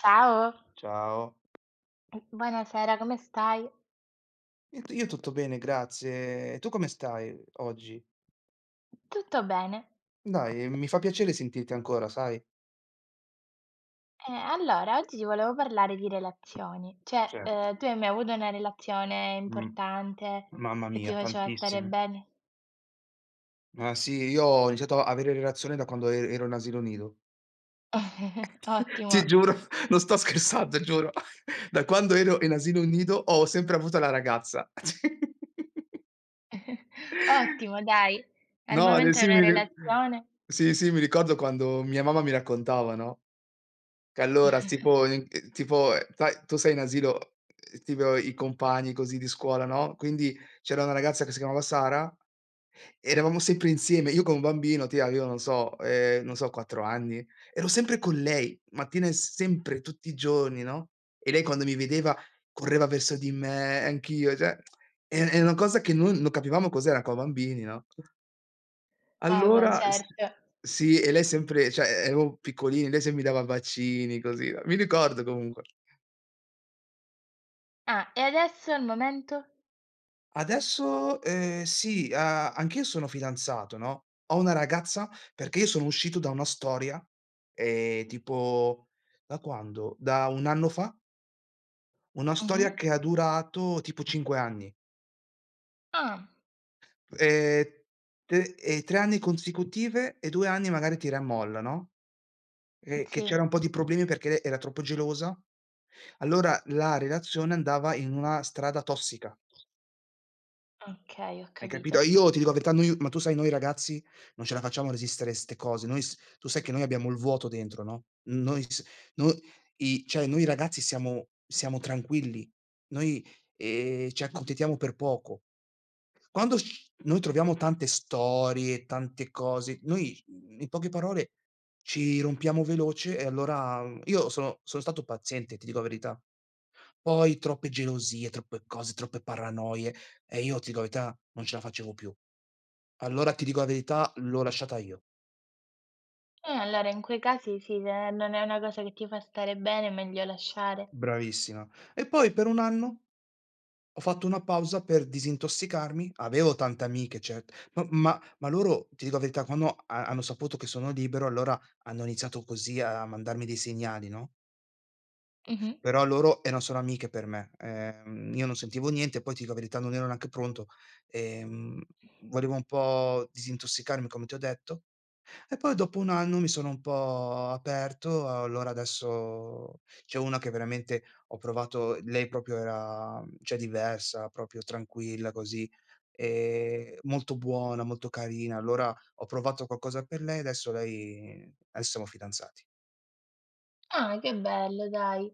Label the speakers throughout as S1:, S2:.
S1: Ciao,
S2: Ciao.
S1: buonasera, come stai?
S2: Io tutto bene, grazie. E tu come stai oggi?
S1: Tutto bene.
S2: Dai, mi fa piacere sentirti ancora, sai?
S1: Allora, oggi ti volevo parlare di relazioni. Cioè,
S2: Cioè,
S1: tu hai mai avuto una relazione
S2: mhmm,
S1: importante
S2: mamma
S1: che ti
S2: mia,
S1: faceva stare
S2: tantissime.
S1: bene?
S2: Ma sì, io ho iniziato a avere relazioni da quando ero in asilo nido.
S1: Ottimo,
S2: Ti giuro, non sto scherzando, giuro. Da quando ero in asilo nido ho sempre avuto la ragazza.
S1: ottimo dai. Al
S2: No, ne
S1: momento hai
S2: sì,
S1: una
S2: mi ri
S1: relazione?
S2: sì, sì, mi ricordo quando mia mamma mi raccontava, no? Che allora s tipo in tipo sai tu sei in asilo, tipo i compagni così di scuola, no, quindi c'era una ragazza che si chiamava Sara, eravamo sempre insieme, io con un bambino ti avevo, non so 4 anni, ero sempre con lei, mattina e s sempre, tutti i giorni, no, e lei quando mi vedeva correva verso di me, anch'io, cioè è una cosa che non capivamo cos'era co' bambini, no?
S1: Ah beh,
S2: Allora s
S1: certo.
S2: Sì, e lei sempre cioè, e ero piccolini, lei se mi dava bacini così, no, mi ricordo comunque.
S1: Ah, e adesso al momento?
S2: Adesso, sì, a anch'io sono fidanzato, no, ho una ragazza perché io sono uscito da una storia, tipo da quando? Da 1 anno fa, una
S1: Mh-mh.
S2: storia che ha durato tipo 5 anni.
S1: Ah,
S2: Ehm, te 3 anni consecutive e 2 anni magari tira e molla, no, che
S1: sì.
S2: c'era un po' di problemi perché era troppo gelosa. Allora la relazione andava in una strada tossica,
S1: Okay, ho
S2: hai capito?
S1: capito.
S2: E io ti dico la verità, noi ma tu sai noi ragazzi non ce la facciamo a resistere 'ste cose. Noi s Tu sai che noi abbiamo il vuoto dentro, no, noi s noi i cioè noi ragazzi siamo tranquilli, noi, ci accontentiamo per poco. Quando sc noi troviamo tante storie, tante cose, noi, in poche parole ci rompiamo veloce e allora io sono stato paziente, ti dico la verità. Poi troppe gelosie, troppe cose, troppe paranoie e io ti dico la verità, non ce la facevo più. Allora ti dico la verità, l'ho lasciata io.
S1: Allora in quei casi sì, se non è una cosa che ti fa stare bene è meglio lasciare.
S2: Bravissima. E poi per un anno ho fatto una pausa per disintossicarmi, avevo tante amiche cert ma loro, ti dico la verità, quando ha hanno saputo che sono libero, allora hanno iniziato così a mandarmi dei segnali, no,
S1: Mh-mh.
S2: però loro erano solo amiche per me. Io non sentivo niente, poi ti dico la verità non ero neanche pronto. Ehm, Volevo un po' disintossicarmi come ti ho detto. E poi dopo 1 anno mi sono un po' aperto, allora adesso c'è una che veramente ho provato, lei proprio era cioè diversa, proprio tranquilla così, molto buona, molto carina. Allora ho provato qualcosa per lei, adesso siamo fidanzati.
S1: Ah, che bello dai.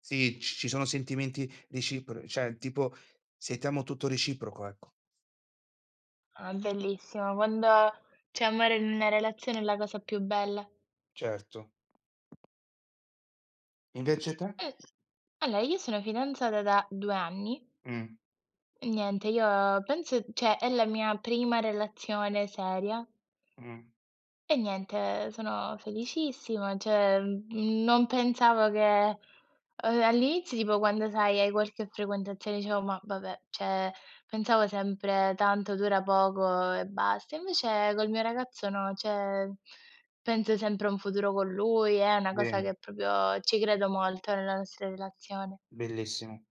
S2: Sì, c ci sono sentimenti recipro cioè tipo sentiamo tutto reciproco, ecco.
S1: Ah, bellissimo. Quando c'è amore in una relazione è la cosa più bella.
S2: Certo. Invece te?
S1: S Allora, io sono fidanzata da 2 anni
S2: Mh,
S1: e niente, io penso, cioè è la mia prima relazione seria.
S2: mh,
S1: E niente, sono felicissima. Cioè, non pensavo che, all'inizio, tipo quando sai hai qualche frequentazione, dicevo: "Ma vabbè", cioè pensavo sempre: "Tanto dura poco e basta". Invece col mio ragazzo no, cioè penso sempre a un futuro con lui, è una cosa che
S2: bene,
S1: proprio ci credo molto nella nostra relazione.
S2: bellissimo.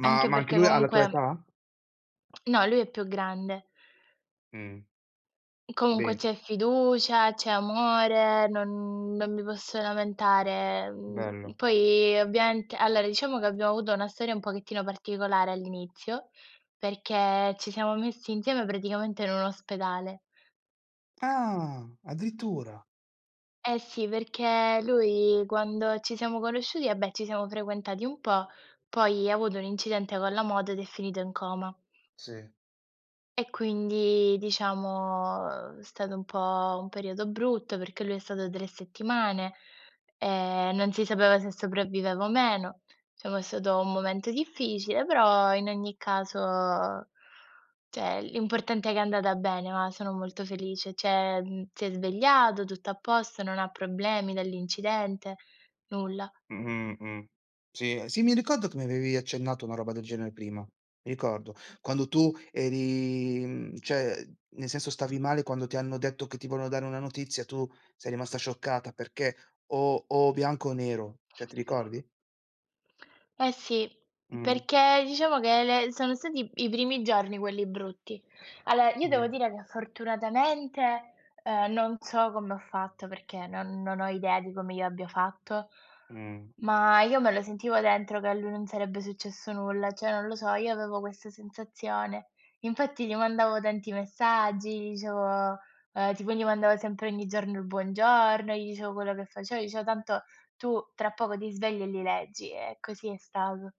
S2: Ma
S1: Anche
S2: ma anche
S1: perché
S2: lui ha la
S1: comunque
S2: tua età?
S1: no, lui è più grande.
S2: Mh.
S1: Comunque
S2: Bene,
S1: c'è fiducia, c'è amore, non mi posso lamentare. Mhmm,
S2: bello.
S1: poi ovviamente allora diciamo che abbiamo avuto una storia un pochettino particolare all'inizio, perché ci siamo messi insieme praticamente in un ospedale.
S2: Ah, addirittura.
S1: Eh sì, perché lui quando ci siamo conosciuti, vabbè, ci siamo frequentati un po', poi ha avuto un incidente con la moto ed è finito in coma.
S2: Sì.
S1: E quindi diciamo, è stato un po' un periodo brutto perché lui è stato 3 settimane, non si sapeva se sopravviveva o meno. Diciamo è stato un momento difficile, però in ogni caso cioè l'importante è che è andata bene, ma sono molto felice. Cioè, si è svegliato, tutto a posto, non ha problemi dall'incidente, nulla.
S2: Mh-mh-mh. Sì. Sì, mi ricordo che mi avevi accennato una roba del genere prima, mi ricordo. Quando tu eri cioè, nel senso stavi male quando ti hanno detto che ti vogliono dare una notizia, tu sei rimasta scioccata perché o bianco o nero, cioè ti ricordi?
S1: Eh sì,
S2: Mh.
S1: perché diciamo che le sono stati i primi giorni quelli brutti. Allora, io devo
S2: Mh.
S1: dire che fortunatamente, non so come ho fatto, perché non ho idea di come io abbia fatto,
S2: Mh.
S1: ma io me lo sentivo dentro che a lui non sarebbe successo nulla, cioè non lo so, io avevo questa sensazione. Infatti gli mandavo tanti messaggi, gli dicevo, tipo gli mandavo sempre ogni giorno il buongiorno, gli dicevo quello che facevo, gli dicevo tanto tu tra poco ti svegli e li leggi, e così è stato.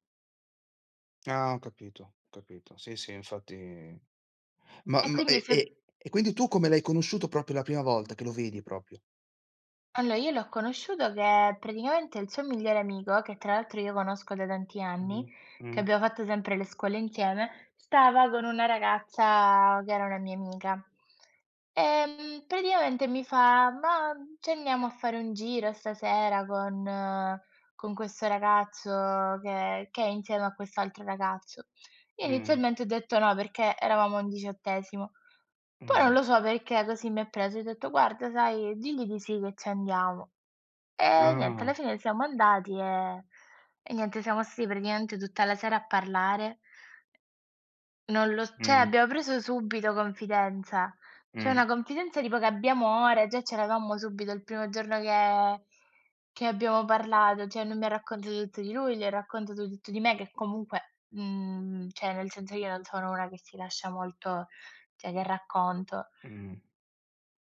S2: Ah, ho capito, ho capito. Sì, sì, infatti ma
S1: E
S2: ma
S1: quindi
S2: e
S1: se
S2: e quindi tu come l'hai conosciuto proprio la prima volta che lo vedi proprio?
S1: Allora io l'ho conosciuto che praticamente il suo migliore amico, che tra l'altro io conosco da tanti anni,
S2: Mh,
S1: che
S2: mh,
S1: abbiamo fatto sempre le scuole insieme, stava con una ragazza che era una mia amica. Praticamente mi fa: "Ma ci andiamo a fare un giro stasera con con questo ragazzo che è insieme a quest'altro ragazzo". Io
S2: mh,
S1: inizialmente ho detto no, perché eravamo a un diciottesimo. Poi non
S2: mh.
S1: lo so perché così mi ha preso e ho detto: "Guarda sai, digli di sì che ci andiamo". E niente,
S2: Ah,
S1: alla fine siamo andati, e niente, siamo stati praticamente tutta la sera a parlare. Non lo s cioè
S2: mh,
S1: abbiamo preso subito confidenza. Cioè
S2: mh,
S1: una confidenza tipo che abbiamo ora, già ce l'avammo subito il primo giorno che abbiamo parlato, cioè non mi ha raccontato tutto di lui, gli ho raccontato tutto di me che comunque, cioè nel senso io non sono una che si lascia molto, cioè che racconto.
S2: mh.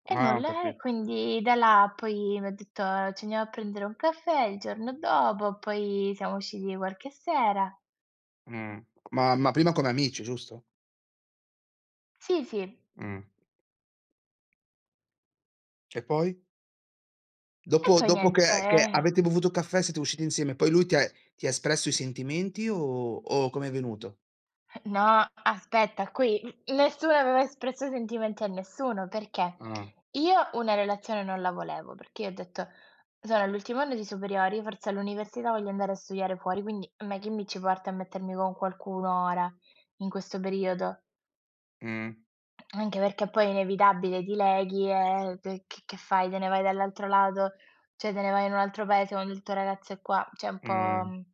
S1: E
S2: Ah, ho
S1: nulla, e
S2: capito.
S1: quindi da là poi mi ha detto: "Ci andiamo a prendere un caffè" il giorno dopo, poi siamo usciti qualche sera.
S2: Mh. Ma prima come amici, giusto?
S1: Sì, sì.
S2: Mh. E poi?
S1: E
S2: Dopo
S1: poi
S2: dopo
S1: niente,
S2: che
S1: eh.
S2: avete bevuto caffè, siete usciti insieme, poi lui ti ha espresso i sentimenti o com'è venuto?
S1: No, aspetta, qui nessuno aveva espresso sentimenti a nessuno, perché
S2: Ah.
S1: io una relazione non la volevo, perché io ho detto: "Sono all'ultimo anno di superiori, forse all'università voglio andare a studiare fuori, quindi a me chi mi ci porta a mettermi con qualcuno ora, in questo periodo?"
S2: Mh,
S1: Anche perché poi è inevitabile, dileghi e d che fai? Te ne vai dall'altro lato? Cioè te ne vai in un altro paese quando il tuo ragazzo è qua? Cioè un po',
S2: mh,
S1: mhmm,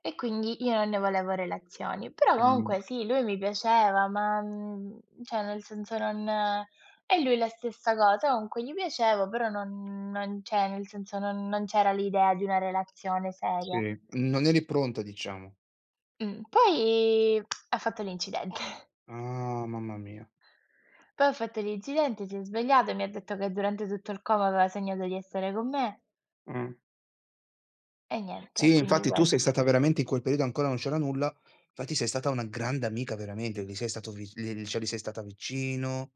S1: e quindi io non ne volevo relazioni. Però
S2: mh.
S1: comunque sì, lui mi piaceva, ma, cioè nel senso non e lui la stessa cosa, comunque gli piacevo, però non cioè nel senso non c'era l'idea di una relazione seria.
S2: Sì. Non eri pronta diciamo.
S1: Poi ha fatto l'incidente.
S2: Ah, mamma mia.
S1: Poi ho fatto l'incidente, si è svegliato e mi ha detto che durante tutto il coma aveva sognato di essere con me
S2: Mh.
S1: e niente,
S2: Sì,
S1: quindi
S2: infatti tu sei
S1: questo.
S2: stata veramente in quel periodo ancora non c'era nulla, infatti sei stata una grande amica veramente, gli sei stato vi li cioè, gli sei stata vicino,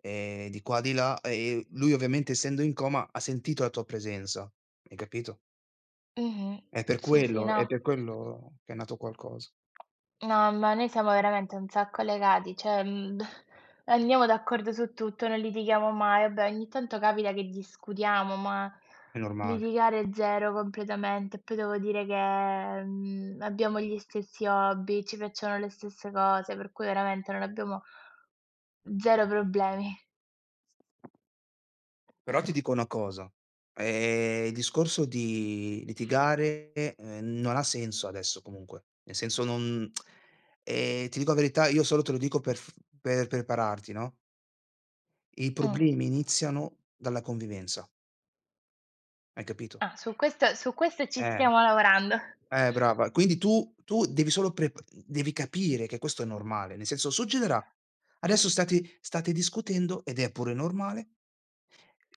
S2: di qua di là, e lui ovviamente essendo in coma ha sentito la tua presenza, hai capito?
S1: Mh-mh.
S2: È per
S1: Sì, sì,
S2: quello è
S1: no.
S2: per quello che è nato qualcosa,
S1: No, ma noi siamo veramente un sacco legati, cioè, andiamo d'accordo su tutto, non litighiamo mai. Vabbè, ogni tanto capita che discutiamo, ma
S2: è normale.
S1: litigare zero completamente. Poi devo dire che, abbiamo gli stessi hobby, ci piacciono le stesse cose, per cui veramente non abbiamo zero problemi.
S2: Però ti dico una cosa, il discorso di litigare, non ha senso adesso comunque, nel senso non ti dico la verità, io solo te lo dico per prepararti, no? I
S1: Mh.
S2: problemi iniziano dalla convivenza, hai capito?
S1: Ah, su questo ci
S2: Eh,
S1: stiamo lavorando.
S2: brava. Quindi tu devi solo prep devi capire che questo è normale, nel senso succederà. Adesso state discutendo ed è pure normale.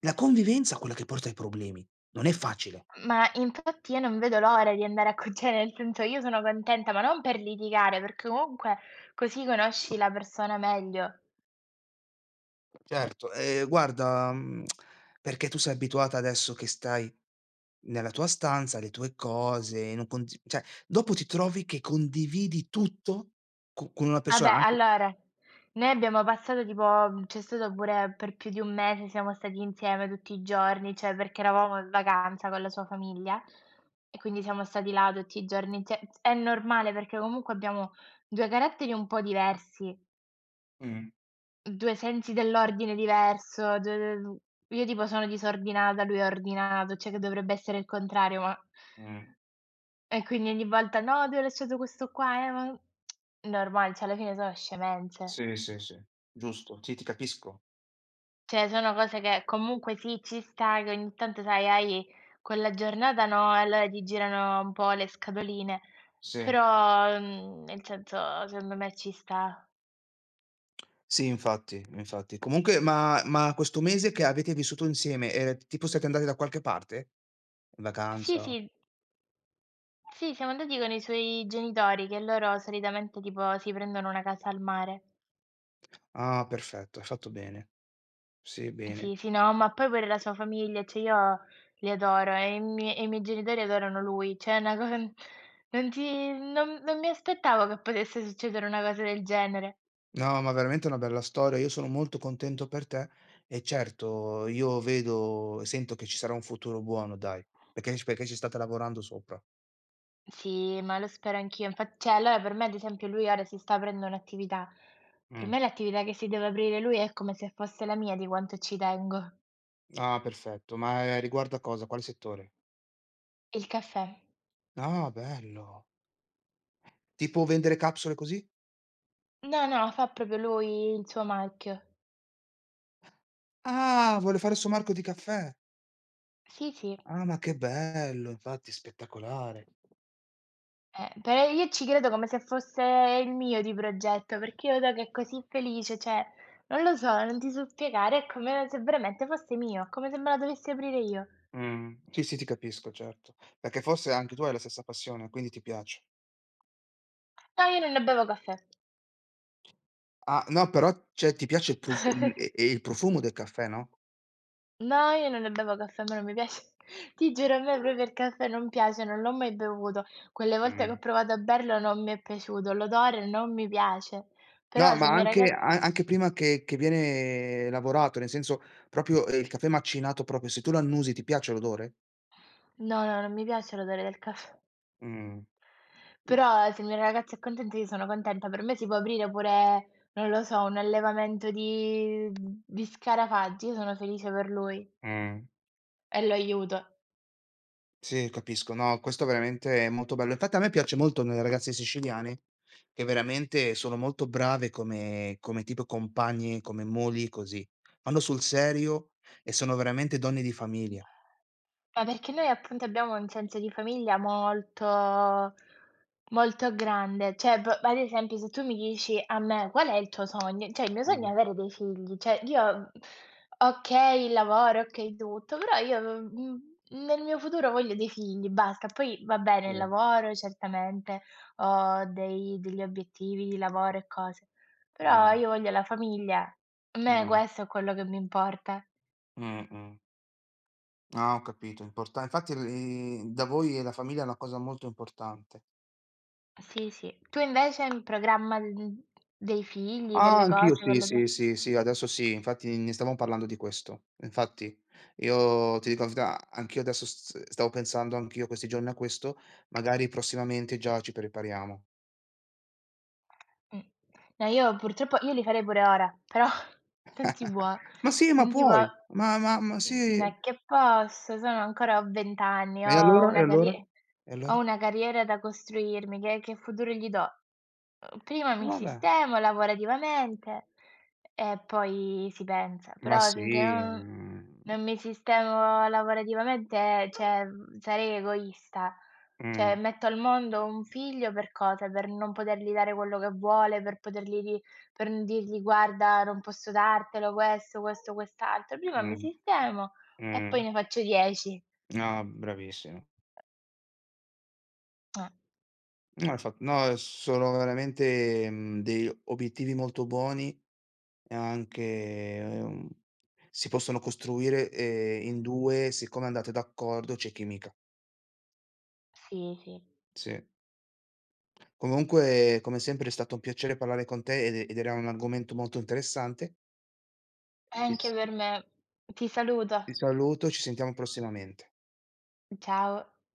S2: La convivenza è quella che porta ai problemi, non è facile.
S1: Ma infatti io non vedo l'ora di andare a cucina, nel senso io sono contenta, ma non per litigare, perché comunque così conosci la persona meglio.
S2: Certo, guarda, perché tu sei abituata adesso che stai nella tua stanza, le tue cose, non condiv cioè dopo ti trovi che condividi tutto co con una persona
S1: Vabbè,
S2: anche.
S1: allora, noi abbiamo passato tipo, c'è stato pure per più di 1 mese, siamo stati insieme tutti i giorni, cioè perché eravamo in vacanza con la sua famiglia e quindi siamo stati là tutti i giorni. Cioè, è normale perché comunque abbiamo 2 caratteri un po' diversi.
S2: Mh,
S1: 2 sensi dell'ordine diverso, 2 d io tipo sono disordinata, lui è ordinato, cioè che dovrebbe essere il contrario, ma
S2: mh.
S1: e quindi ogni volta: "No, ti ho lasciato questo qua, ma" normale, cioè alla fine sono scemenze.
S2: Sì, sì, sì, giusto. Sì, ti capisco.
S1: Cioè sono cose che comunque sì, ci sta che ogni tanto sai hai quella giornata no, e allora ti girano un po' le scatoline,
S2: Sì.
S1: però, nel senso secondo me ci sta.
S2: Sì, infatti, infatti. Comunque, ma questo mese che avete vissuto insieme, tipo siete andati da qualche parte? In
S1: Sì,
S2: vacanza?
S1: sì, Sì, siamo andati con i suoi genitori che loro solitamente tipo si prendono una casa al mare.
S2: Ah, perfetto, hai fatto bene. Sì,
S1: Sì,
S2: bene.
S1: sì, no, ma poi pure la sua famiglia, cioè io li adoro e i miei genitori adorano lui, cioè è una cosa non ti non non mi aspettavo che potesse succedere una cosa del genere.
S2: No, ma veramente una bella storia. Io sono molto contento per te e certo io vedo e sento che ci sarà un futuro buono dai, perché ci state lavorando sopra.
S1: Sì, ma lo spero anch'io. Infat cioè allora per me ad esempio lui ora si sta aprendo un'attività. Per
S2: Mh.
S1: me l'attività che si deve aprire lui è come se fosse la mia di quanto ci tengo.
S2: Ah, perfetto. Ma, riguardo a cosa? Quale settore?
S1: Il caffè.
S2: Ah, bello. Tipo vendere capsule così?
S1: No, no, fa proprio lui il suo marchio.
S2: Ah, vuole fare il suo marco di caffè.
S1: Sì, sì,
S2: Ah, ma che bello, infatti spettacolare.
S1: per io ci credo come se fosse il mio di progetto, perché io vedo che è così felice, cioè non lo so, non ti so spiegare, è come se veramente fosse mio, come se me la dovessi aprire io.
S2: Mh. Sì, sì, ti capisco, certo. Perché forse anche tu hai la stessa passione, quindi ti piace.
S1: No, io non ne bevo caffè.
S2: Ah, no, però cioè ti piace il profu l e il profumo del caffè, no?
S1: No, io non ne bevo caffè, a me non mi piace. Ti giuro, a me proprio il caffè non piace, non l'ho mai bevuto. Quelle volte
S2: Mh.
S1: che ho provato a berlo non mi è piaciuto, l'odore non mi piace.
S2: No,
S1: Però se
S2: ma
S1: il mio
S2: anche
S1: ragaz
S2: a anche prima che viene lavorato, nel senso proprio, il caffè macinato proprio, se tu lo annusi ti piace l'odore?
S1: no, no, non mi piace l'odore del caffè.
S2: Mh.
S1: Però se il mio ragazzo è contento io sono contenta. Per me si può aprire pure, non lo so, un allevamento di scarafaggi, io sono felice per lui
S2: Mh.
S1: e lo aiuto.
S2: Sì, capisco. No, questo veramente è molto bello. Infatti a me piace molto nelle ragazze siciliane, che veramente sono molto brave come tipo compagne, come mogli, così. Vanno sul serio e sono veramente donne di famiglia.
S1: Ma perché noi appunto abbiamo un senso di famiglia molto molto grande. Cioè, p ad esempio se tu mi dici a me: "Qual è il tuo sogno?" Cioè il mio sogno
S2: Mh,
S1: è avere dei figli. Cioè io, okay il lavoro, okay tutto, però io, nel mio futuro voglio dei figli, basta. Poi va bene
S2: sì.
S1: il lavoro certamente, ho dei degli obiettivi di lavoro e cose, però
S2: Mh,
S1: io voglio la famiglia. A me
S2: mh,
S1: questo è quello che mi importa.
S2: mh, mh. Ah, ho capito, importa infatti l i da voi e la famiglia è una cosa molto importante.
S1: Sì, sì. Tu invece hai in programma, dei figli,
S2: Ah,
S1: delle
S2: anch'io
S1: cose con
S2: sì,
S1: la tua.
S2: sì, sì, sì, adesso sì, infatti ne stavamo parlando di questo. Infatti io ti dico la verità, anch'io adesso s stavo pensando anch'io questi giorni a questo, magari prossimamente già ci prepariamo.
S1: Mh. No, io purtroppo io li farei pure ora, però non si può,
S2: Ma sì, ma
S1: non si può.
S2: puoi, ma
S1: N
S2: sì.
S1: è che posso, sono ancora, ho 20 anni,
S2: E allora? E allora? E
S1: ho
S2: allora?
S1: una carriera da costruirmi, che futuro gli do? Prima mi
S2: Vabbè.
S1: sistemo lavorativamente e poi si pensa,
S2: Ma
S1: però
S2: sì,
S1: finché non
S2: mhmm,
S1: non mi sistemo lavorativamente, cioè, sarei egoista. Cioè,
S2: mh,
S1: metto al mondo un figlio per cosa? Per non potergli dare quello che vuole, per potergli di per n dirgli: "Guarda, non posso dartelo questo, questo, quest'altro". Prima mi
S2: mh,
S1: sistemo e
S2: mh.
S1: poi ne faccio 10.
S2: No, bravissimo.
S1: Eh,
S2: No, infa no, sono veramente, degli obiettivi molto buoni. E anche, si possono costruire, in 2 siccome andate d'accordo c'è chimica.
S1: sì, sì.
S2: Sì. Comunque come sempre è stato un piacere parlare con te ed era un argomento molto interessante. Ti s
S1: Anche per me. Ti saluto.
S2: Ti saluto, ci sentiamo prossimamente.
S1: Ciao.